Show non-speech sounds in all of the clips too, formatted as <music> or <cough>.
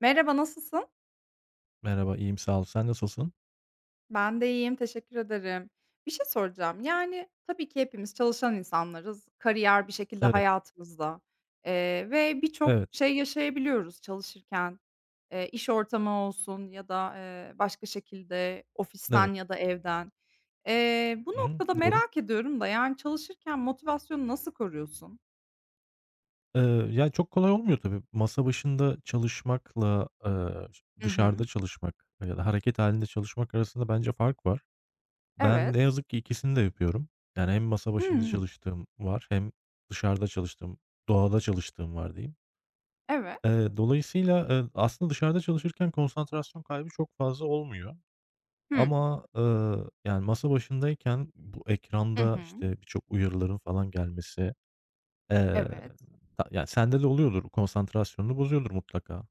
Merhaba, nasılsın? Merhaba, iyiyim, sağ ol. Sen nasılsın? Ben de iyiyim, teşekkür ederim. Bir şey soracağım. Yani, tabii ki hepimiz çalışan insanlarız. Kariyer bir şekilde Evet, hayatımızda, ve birçok evet, şey yaşayabiliyoruz çalışırken. İş ortamı olsun ya da, başka şekilde evet. ofisten ya da evden. Bu Hı hı, noktada doğru. merak ediyorum da, yani, çalışırken motivasyonu nasıl koruyorsun? Eee, ya, çok kolay olmuyor tabii. Masa başında çalışmakla, Hı dışarıda hı. çalışmak ya da hareket halinde çalışmak arasında bence fark var. Ben ne Evet. yazık ki ikisini de yapıyorum. Yani hem masa başında Hımm. çalıştığım var hem dışarıda çalıştığım, doğada çalıştığım var diyeyim. Evet. Dolayısıyla, aslında dışarıda çalışırken konsantrasyon kaybı çok fazla olmuyor. Hımm. Ama, yani, masa başındayken bu Hı ekranda, hı. işte, birçok uyarıların falan gelmesi, eee, Evet. ta ya, sende de oluyordur, konsantrasyonunu bozuyordur mutlaka.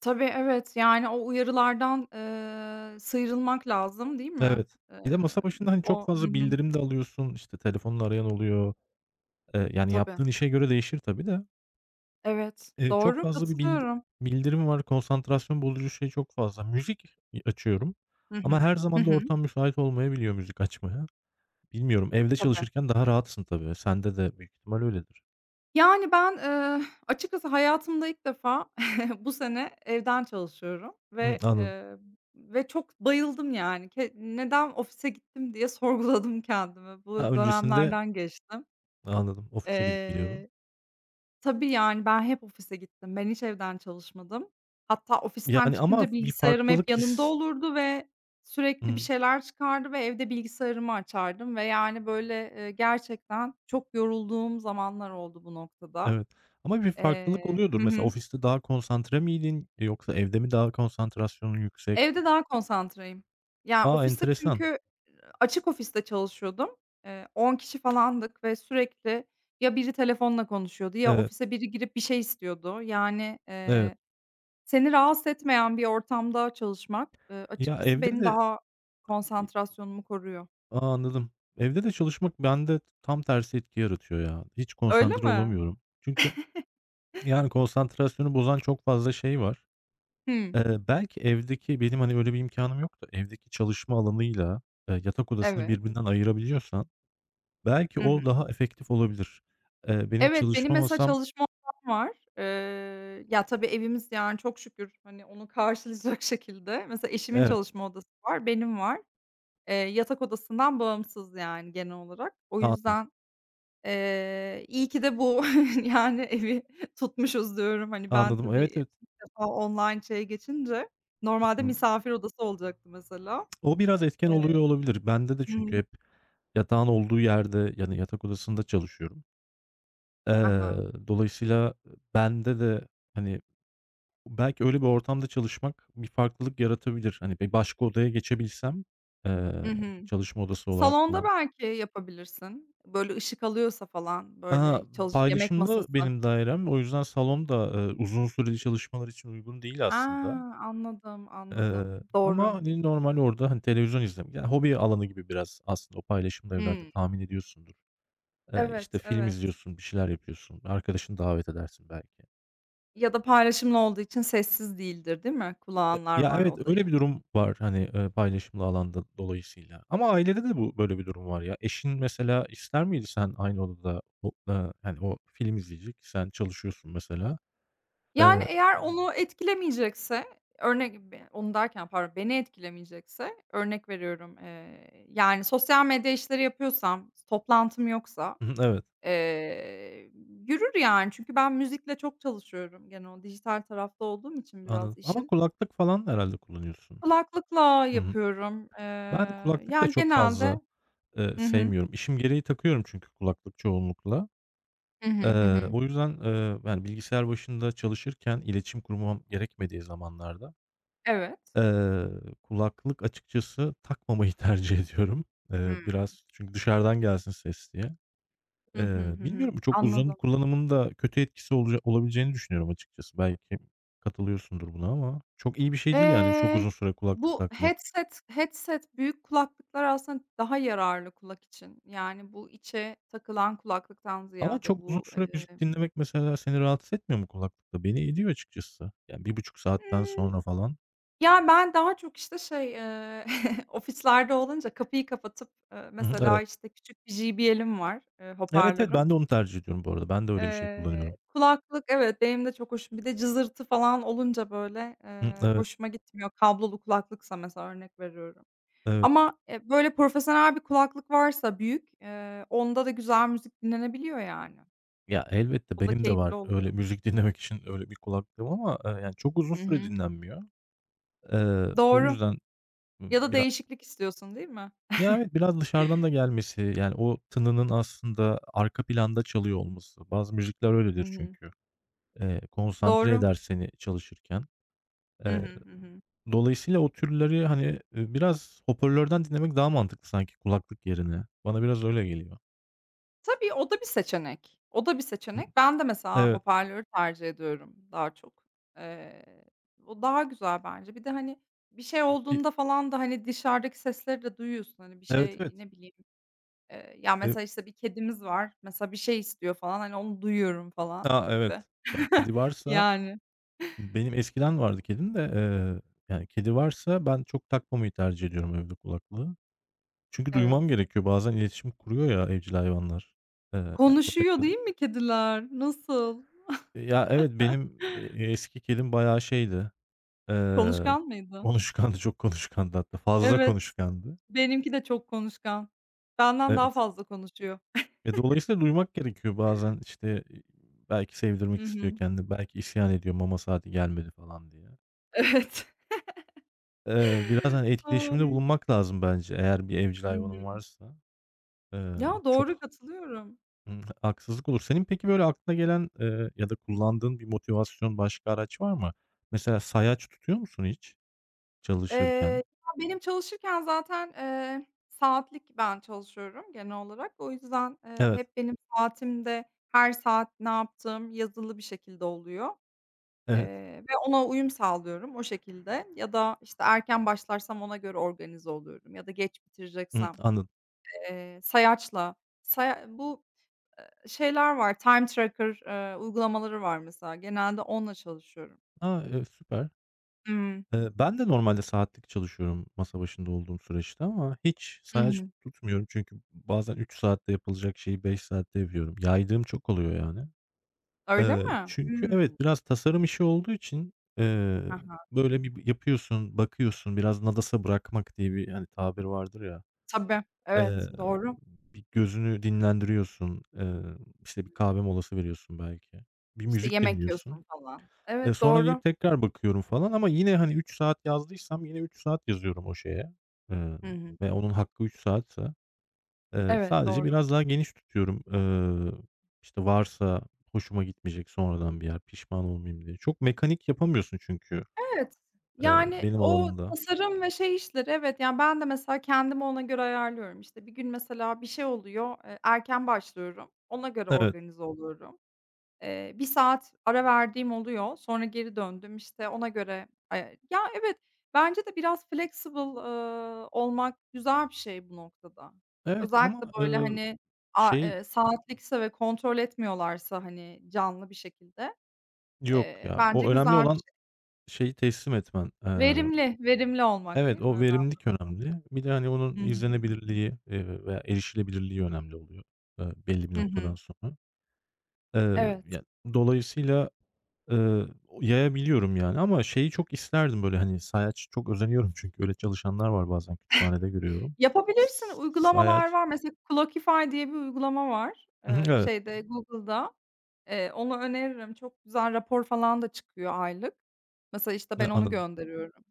Tabii, evet. Yani, o uyarılardan, sıyrılmak lazım, değil mi? Evet. Eee, Bir de masa başında, hani, çok o Hı fazla hı. bildirim de alıyorsun, işte, telefonla arayan oluyor. Yani, Tabii. yaptığın işe göre değişir tabii de. Evet, Çok doğru, fazla bir bildi katılıyorum. bildirim var, konsantrasyon bozucu şey çok fazla. Müzik açıyorum Hı ama hı. her Hı zaman da hı. ortam müsait olmayabiliyor müzik açmaya. Bilmiyorum, evde Tabii. çalışırken daha rahatsın tabii. Sende de büyük ihtimal öyledir. Yani, ben, açıkçası hayatımda ilk defa <laughs> bu sene evden çalışıyorum Hımm, ve, anladım. eee, ve çok bayıldım, yani. "Neden ofise gittim?" diye <laughs> sorguladım kendimi. Ha, Bu öncesinde. dönemlerden geçtim. Anladım, ofise gidip geliyordun. Eee Tabii, yani, ben hep ofise gittim. Ben hiç evden çalışmadım. Hatta ofisten Yani ama çıkınca bir bilgisayarım hep farklılık yanımda his. olurdu ve sürekli bir Hımm, şeyler çıkardı ve evde bilgisayarımı açardım ve, yani, böyle, gerçekten çok yorulduğum zamanlar oldu bu noktada. evet. Ama bir farklılık oluyordur. Hı Mesela hı. ofiste daha konsantre miydin yoksa evde mi daha konsantrasyonun yüksek? Evde daha konsantreyim. Ya, A, ofiste enteresan. çünkü açık ofiste çalışıyordum. 10 kişi falandık ve sürekli ya biri telefonla konuşuyordu ya Evet, ofise biri girip bir şey istiyordu. Yani, evet. Seni rahatsız etmeyen bir ortamda çalışmak, Ya, açıkçası evde beni de. daha İ. konsantrasyonumu koruyor. A, anladım. Evde de çalışmak bende tam tersi etki yaratıyor ya. Hiç Öyle konsantre mi? olamıyorum. Çünkü, yani, konsantrasyonu bozan çok fazla şey var. Hımm, Belki evdeki benim, hani, öyle bir imkânım yok da evdeki çalışma alanıyla, yatak odasını evet. birbirinden ayırabiliyorsan belki Hı hı. o daha efektif olabilir. Benim Evet, benim çalışma mesela masam. çalışma odam var. Ya, tabii evimiz, yani, çok şükür, hani, onu karşılayacak <laughs> şekilde. Mesela eşimin Evet, çalışma odası var, benim var. Yatak odasından bağımsız, yani, genel olarak. O anladım, yüzden. İyi ki de bu <laughs> yani evi tutmuşuz diyorum. Hani, ben anladım. tabii Evet, evet. ilk defa online şeye geçince normalde <unintelligible> misafir odası olacaktı mesela. O biraz etken Eee oluyor olabilir. Bende de Hı çünkü hı. hep yatağın olduğu yerde, yani, yatak odasında çalışıyorum. Eee, Ha Dolayısıyla bende de, hani, belki öyle bir ortamda çalışmak bir farklılık yaratabilir. Hani, bir başka odaya geçebilsem, Hı eee, hı. çalışma odası olarak Salonda kullan. belki yapabilirsin. Böyle ışık alıyorsa falan, Aaa, böyle çalış yemek paylaşımlı masası. benim dairem. O yüzden salon da, uzun süreli çalışmalar için uygun değil Ha, aslında. anladım, anladım. Ama, Doğru. hani, normal orada, hani, televizyon izleme ya, hobi alanı gibi biraz aslında o paylaşımlı evlerde Hımm. tahmin ediyorsundur. İşte, Evet, film evet. izliyorsun, bir şeyler yapıyorsun, arkadaşını davet edersin belki. Ya da paylaşımlı olduğu için sessiz değildir, değil mi? E Kulağanlar ya, var evet, öyle odayı. bir durum var, hani, paylaşımlı alanda dolayısıyla ama ailede de bu böyle bir durum var ya. Eşin mesela ister miydi sen aynı odada o hani, o film izleyecek, sen çalışıyorsun mesela. Yani, Eee eğer onu etkilemeyecekse, örnek be onu derken pardon, beni etkilemeyecekse, örnek veriyorum, yani, sosyal medya işleri yapıyorsam, toplantım yoksa, Hı hı, evet. eee, yürür yani. Çünkü ben müzikle çok çalışıyorum gene o dijital tarafta olduğum için Anladım biraz ama işin. kulaklık falan herhâlde kullanıyorsun. Kulaklıkla Hı hı. yapıyorum. Eee, Ben kulaklık da yani, çok genelde fazla, Hı hı. sevmiyorum. İşim gereği takıyorum çünkü kulaklık çoğunlukla. Hı hı. Hı hı. O yüzden, yani, bilgisayar başında çalışırken iletişim kurmam gerekmediği zamanlarda, Evet. eee, kulaklık açıkçası takmamayı <laughs> tercih ediyorum. Hımm. Biraz çünkü dışarıdan gelsin ses diye. Hı hı. Hı hı. Bilmiyorum çok uzun Anladım. kullanımının da kötü etkisi olabileceğini düşünüyorum açıkçası. Belki katılıyorsundur buna ama çok iyi bir şey değil yani çok Eee, uzun süre kulaklık bu takmak. headset büyük kulaklıklar aslında daha yararlı kulak için. Yani bu içe takılan kulaklıktan Ama ziyade çok uzun bu, süre müzik dinlemek mesela seni rahatsız etmiyor mu kulaklıkta? Beni ediyor açıkçası. Yani bir buçuk saatten Imm, sonra falan. ya, ben daha çok, işte, şey, <laughs> ofislerde olunca kapıyı kapatıp, Hı hı, mesela, evet. işte, küçük bir JBL'im var, Evet, evet, hoparlörüm. ben de onu tercih ediyorum bu arada. Ben de öyle bir şey kullanıyorum. Kulaklık Evet, benim de çok hoşum. Bir de cızırtı falan olunca, böyle, Hı, evet, hoşuma gitmiyor. Kablolu kulaklıksa mesela örnek veriyorum. evet. Ama, böyle profesyonel bir kulaklık varsa büyük, onda da güzel müzik dinlenebiliyor yani. Ya, elbette O da benim de keyifli var öyle oluyor. müzik dinlemek için öyle bir kulaklığım ama, yani çok uzun Hı süre hı. dinlenmiyor. O Doğru. yüzden Ya da biraz değişiklik istiyorsun, değil mi? ya, evet, biraz dışarıdan da gelmesi, yani o tınının aslında arka planda çalıyor olması. Bazı müzikler Hı öyledir hı. çünkü. Konsantre Doğru. eder seni çalışırken. Hı E, hı. Hı hı. Dolayısıyla o türleri, hani, biraz hoparlörden dinlemek daha mantıklı sanki kulaklık yerine. Bana biraz öyle geliyor. Tabii, o da bir seçenek. O da bir Hı. seçenek. Ben de mesela Evet. hoparlörü tercih ediyorum daha çok. Eee, o daha güzel bence. Bir de, hani, bir şey İ olduğunda falan da, hani, dışarıdaki sesleri de duyuyorsun. Hani, bir evet, şey, evet. ne bileyim. Ya, Eee mesela, işte, bir kedimiz var. Mesela bir şey istiyor falan, hani, onu duyuyorum falan A, gibi. evet. Yani <laughs> kedi varsa Yani, benim eskiden vardı kedim de, yani, kedi varsa ben çok takmamayı tercih ediyorum evde kulaklığı. Çünkü duymam evet. gerekiyor. Bazen iletişim kuruyor ya evcil hayvanlar. Eee, Ya, Konuşuyor köpekte de. değil mi kediler? Nasıl? Ya, evet, benim, eski kedim bayağı şeydi, eee, Konuşkan mıydı? konuşkandı, çok konuşkandı hatta. Fazla Evet, konuşkandı. benimki de çok konuşkan. Benden daha Evet. fazla konuşuyor. Dolayısıyla duymak gerekiyor bazen, işte, belki Hı sevdirmek istiyor hı. kendini, belki isyan ediyor mama saati gelmedi falan diye. Evet. Biraz, <laughs> hani, etkileşimde Ay. bulunmak lazım bence eğer bir evcil Hı hı. hayvanın varsa. Eee, Ya, doğru, çok, katılıyorum. ımm, haksızlık olur. Senin peki böyle aklına gelen, ya da kullandığın bir motivasyon, başka araç var mı? Mesela sayaç tutuyor musun hiç Eee, ya, çalışırken? benim çalışırken zaten, saatlik ben çalışıyorum genel olarak. O yüzden, Evet, hep benim saatimde her saat ne yaptığım yazılı bir şekilde oluyor, evet. Ve ona uyum sağlıyorum o şekilde ya da, işte, erken başlarsam ona göre organize oluyorum ya da geç Hımm, bitireceksem, anladım. Sayaçla saya bu, şeyler var, time tracker, uygulamaları var mesela. Genelde onunla çalışıyorum. A, süper. Hımm. Ben de normalde saatlik çalışıyorum masa başında olduğum süreçte ama hiç Hı sayaç hı. tutmuyorum. Çünkü bazen 3 saatte yapılacak şeyi 5 saatte yapıyorum. Yaydığım çok oluyor yani. Öyle mi? Çünkü Hımm. evet, biraz tasarım işi olduğu için, eee, Hı hı. böyle bir yapıyorsun, bakıyorsun, biraz nadasa bırakmak diye bir, hani, tabir vardır ya. Tabii, evet, Eee, doğru. Bir gözünü dinlendiriyorsun. İşte, bir kahve molası veriyorsun belki. Bir İşte, müzik yemek dinliyorsun. yiyorsun falan. Evet, Sonra doğru. gidip tekrar bakıyorum falan ama yine, hani, 3 saat yazdıysam yine 3 saat yazıyorum o şeye, eee, Hı hı. ve onun hakkı 3 saatse, Evet, sadece doğru. biraz daha geniş tutuyorum. İşte, varsa hoşuma gitmeyecek sonradan bir yer, pişman olmayayım diye. Çok mekanik yapamıyorsun çünkü, Evet, yani, benim o alanımda. tasarım ve şey işleri, evet, yani, ben de mesela kendimi ona göre ayarlıyorum. İşte, bir gün mesela bir şey oluyor, erken başlıyorum, ona göre Evet. organize oluyorum. 1 saat ara verdiğim oluyor. Sonra geri döndüm, işte, ona göre. Ya, evet, bence de biraz flexible, olmak güzel bir şey bu noktada. Evet Özellikle, ama, böyle, hani, a şey saatlikse ve kontrol etmiyorlarsa, hani, canlı bir şekilde, yok ya, bence o önemli güzel bir olan şey. şeyi teslim etmen. Verimli, verimli olmak Evet, değil mi o önemli? verimlilik önemli. Bir de, hani, Hı onun hı. izlenebilirliği, veya erişilebilirliği önemli oluyor, belli bir Hı hı. noktadan sonra. Eee, Evet. ya, dolayısıyla, eee, yayabiliyorum, yani, ama şeyi çok isterdim, böyle, hani, sayaç çok özeniyorum çünkü öyle çalışanlar var bazen kütüphanede görüyorum. S Yapabilirsin, uygulamalar sayaç var. Mesela Clockify diye bir uygulama var, Hı hı, evet. şeyde Google'da. Onu öneririm. Çok güzel rapor falan da çıkıyor aylık. Mesela, işte, Ne ben onu anladım. gönderiyorum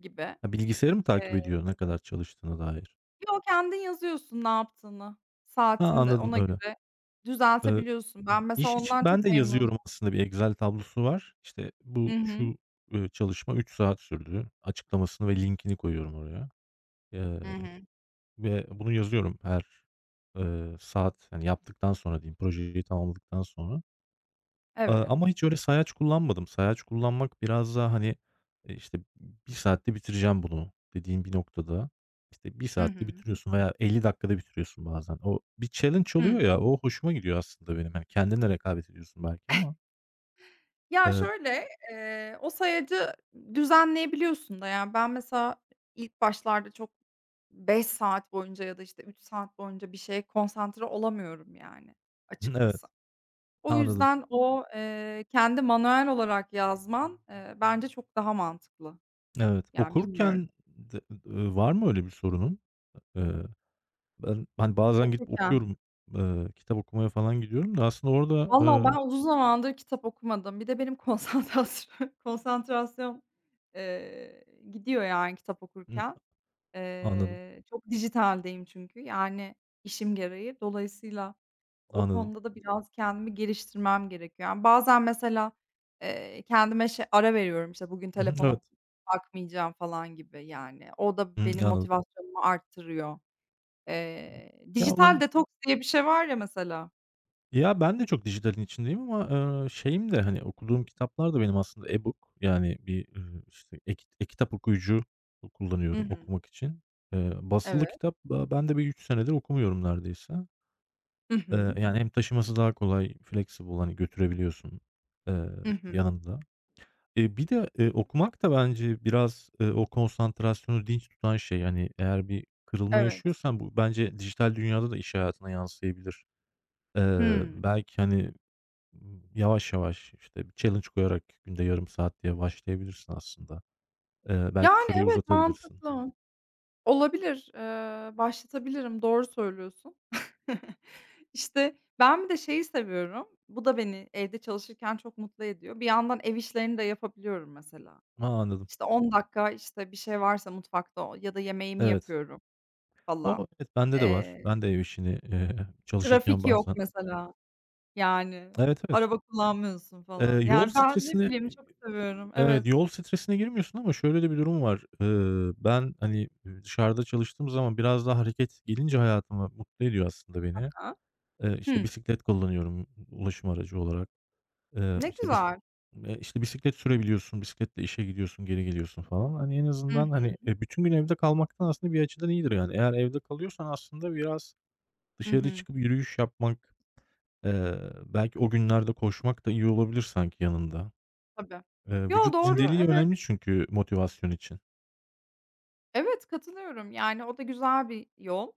gibi. Ha, bilgisayarı mı takip Eee, ediyor ne kadar çalıştığına dair? yo, kendin yazıyorsun ne yaptığını, Ha, saatini de anladım, ona öyle. göre Eee, düzeltebiliyorsun. Ben mesela iş için ondan ben çok de memnunum. yazıyorum aslında. Bir Excel tablosu var. İşte, Hı bu, hı. şu, çalışma 3 saat sürdü. Açıklamasını ve linkini koyuyorum oraya, eee, Hı hı. ve bunu yazıyorum her, saat, yani yaptıktan sonra diyeyim, projeyi tamamladıktan sonra. Aaa, Evet. ama hiç öyle sayaç kullanmadım. Sayaç kullanmak biraz daha, hani, işte, bir saatte bitireceğim bunu dediğin bir noktada, işte, bir Hı saatte hı. bitiriyorsun veya 50 dakikada bitiriyorsun bazen. O bir challenge oluyor Hıı. ya, o hoşuma gidiyor aslında benim. Hani, kendinle rekabet ediyorsun belki ama. Ya, Eee, şöyle, o sayacı düzenleyebiliyorsun da. Yani, ben mesela ilk başlarda çok 5 saat boyunca ya da, işte, 3 saat boyunca bir şeye konsantre olamıyorum yani <clears throat> <laughs> evet, açıkçası. O anladım. yüzden o, kendi manuel olarak yazman, bence çok daha mantıklı. Evet. Yani bilmiyorum, Okurken de var mı öyle bir sorunun? Eee, Ben, hani, bazen gidip okurken. okuyorum, kitap okumaya falan gidiyorum da aslında orada, Valla eee ben uzun zamandır kitap okumadım. Bir de benim <laughs> konsantrasyon, eee, gidiyor yani kitap Hımm, okurken. anladım, Çok dijitaldeyim çünkü, yani, işim gereği. Dolayısıyla o anladım. konuda da biraz kendimi geliştirmem gerekiyor. Yani, bazen mesela, kendime şey ara veriyorum, işte, bugün Hı hı, telefona evet. bakmayacağım falan gibi, yani. O da benim Hımm, anladım. motivasyonumu arttırıyor. Eee, Ya, dijital olabilir. detoks diye bir şey var ya mesela. Ya, ben de çok dijitalin içindeyim ama, şeyim de, hani, okuduğum kitaplar da benim aslında e-book yani bir, işte, e-kitap okuyucu Hı kullanıyorum hı. okumak için. Basılı Evet. kitap, aaa, ben de bir 3 senedir okumuyorum neredeyse. Hı hı. Yani hem taşıması daha kolay, flexible, hani, götürebiliyorsun, eee, Hı hı. yanında. Bir de, okumak da bence biraz, o konsantrasyonu dinç tutan şey. Yani eğer bir kırılma Evet. yaşıyorsan bu bence dijital dünyada da iş hayatına yansıyabilir. Hımm. Belki, hani, yavaş yavaş, işte, bir challenge koyarak günde yarım saat diye başlayabilirsin aslında. Belki Yani, süreyi evet, uzatabilirsin. mantıklı. Olabilir, başlatabilirim, doğru söylüyorsun. <laughs> İşte, ben bir de şeyi seviyorum, bu da beni evde çalışırken çok mutlu ediyor. Bir yandan ev işlerini de yapabiliyorum mesela. Ha, anladım. İşte, 10 dakika, işte, bir şey varsa mutfakta o ya da yemeğimi Evet. yapıyorum falan. O, evet, bende de var. Eee, Ben de ev işini, çalışırken trafik yok bazen. mesela, yani, Evet, evet. araba kullanmıyorsun falan. Yol Yani, ben ne stresini. bileyim çok seviyorum. Evet, Evet. yol stresine girmiyorsun ama şöyle de bir durum var. Ben, hani, dışarıda çalıştığım zaman biraz daha hareket gelince hayatıma mutlu ediyor aslında Hı beni. hı. İşte, bisiklet kullanıyorum ulaşım aracı olarak. Ne İşte, bis güzel. İşte, bisiklet sürebiliyorsun, bisikletle işe gidiyorsun, geri geliyorsun falan. Hani, en Hı azından, hı. hani, bütün gün evde kalmaktan aslında bir açıdan iyidir yani. Eğer evde kalıyorsan aslında biraz Hı dışarı hı. çıkıp yürüyüş yapmak, belki o günlerde koşmak da iyi olabilir sanki yanında. Tabii. Yo, Vücut doğru, zindeliği evet. önemli çünkü motivasyon için. Evet, katılıyorum. Yani, o da güzel bir yol.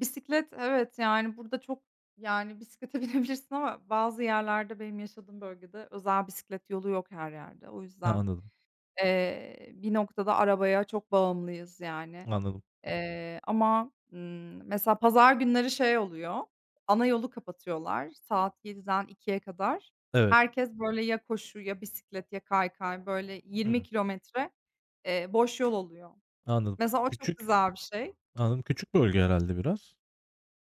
Bisiklet, evet, yani, burada çok, yani, bisiklete <laughs> binebilirsin ama bazı yerlerde benim yaşadığım bölgede özel bisiklet yolu yok her yerde. O Ha, yüzden, anladım, bir noktada arabaya çok bağımlıyız, yani. anladım. Ama, mesela pazar günleri şey oluyor, ana yolu kapatıyorlar saat 7'den 2'ye kadar. Evet. Herkes, böyle, ya koşu ya bisiklet ya kaykay, böyle, 20 Hımm, kilometre, boş yol oluyor. anladım. Mesela o çok Küçük, güzel bir şey. anladım. Küçük bölge herhâlde biraz.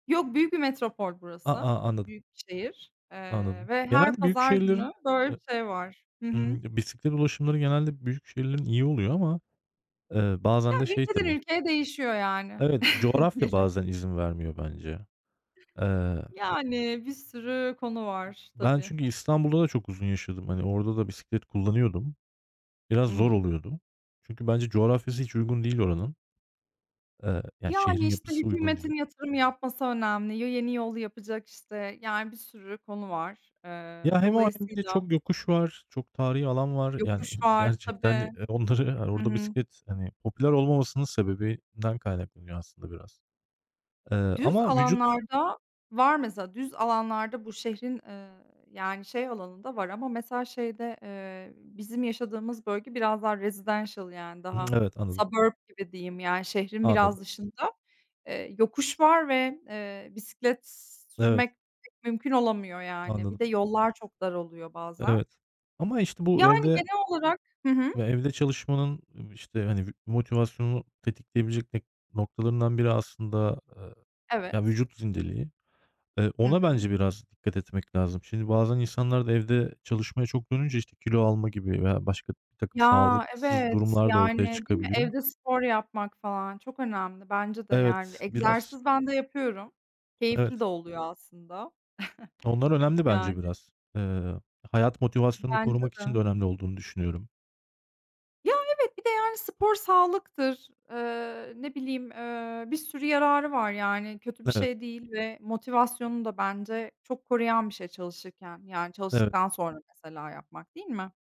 Yok, büyük bir metropol A burası. a anladım, Büyük bir şehir, anladım. ve her Genelde büyük pazar günü şehirlerin, böyle eee bir şey var. Hı hı. Ya, bisiklet ulaşımları genelde büyük şehirlerin iyi oluyor ama, bazen de Ya, şey ülkeden tabii. ülkeye değişiyor yani Evet, <laughs> coğrafya diyelim. bazen izin vermiyor bence. Eee, ya Yani bir sürü konu var ben tabii. çünkü İstanbul'da da çok uzun yaşadım. Hani, orada da bisiklet kullanıyordum. Biraz zor Hımm. oluyordu. Çünkü bence coğrafyası hiç uygun değil oranın. Yani Yani, şehrin işte, yapısı uygun değil. hükümetin yatırım yapması önemli. Yo yeni yol yapacak, işte, yani, bir sürü konu var. Ya, Eee, hem o hem bir de dolayısıyla çok yokuş var, çok tarihi alan var. Yani yokuş <laughs> var gerçekten, tabii. Onları, hani, Hı orada hı. bisiklet, hani, popüler olmamasının sebebinden kaynaklanıyor aslında biraz. Eee, Düz Ama vücut. alanlarda var mesela. Düz alanlarda bu şehrin, yani, şey alanında var ama mesela şeyde, bizim yaşadığımız bölge biraz daha residential yani Hı hı, daha evet, anladım. suburb gibi diyeyim, yani, şehrin Anladım. biraz dışında. Yokuş var ve, bisiklet Evet, sürmek pek mümkün olamıyor yani. Bir anladım. de yollar çok dar oluyor bazen. Evet. Ama, işte, bu Yani evde genel olarak. Hı hı. ve evde çalışmanın, işte, hani, motivasyonunu tetikleyebilecek noktalarından biri aslında, ya, Evet. vücut zindeliği. Hı Ona hı. bence biraz dikkat etmek lazım. Şimdi bazen insanlar da evde çalışmaya çok dönünce, işte, kilo alma gibi veya başka bir takım Ya, sağlıksız evet, durumlar da ortaya yani, değil mi? çıkabiliyor. Evde spor yapmak falan çok önemli bence de yani. Evet, biraz. Egzersiz ben de yapıyorum. Evet. Keyifli de oluyor aslında. Onlar önemli bence Yani biraz. Eee, Hayat motivasyonunu bence korumak için de. de önemli olduğunu düşünüyorum. Ya, evet, bir de yani spor sağlıktır. Ne bileyim, bir sürü yararı var yani kötü bir Evet, şey değil ve motivasyonunu da bence çok koruyan bir şey çalışırken, yani evet. çalıştıktan sonra mesela yapmak, değil mi?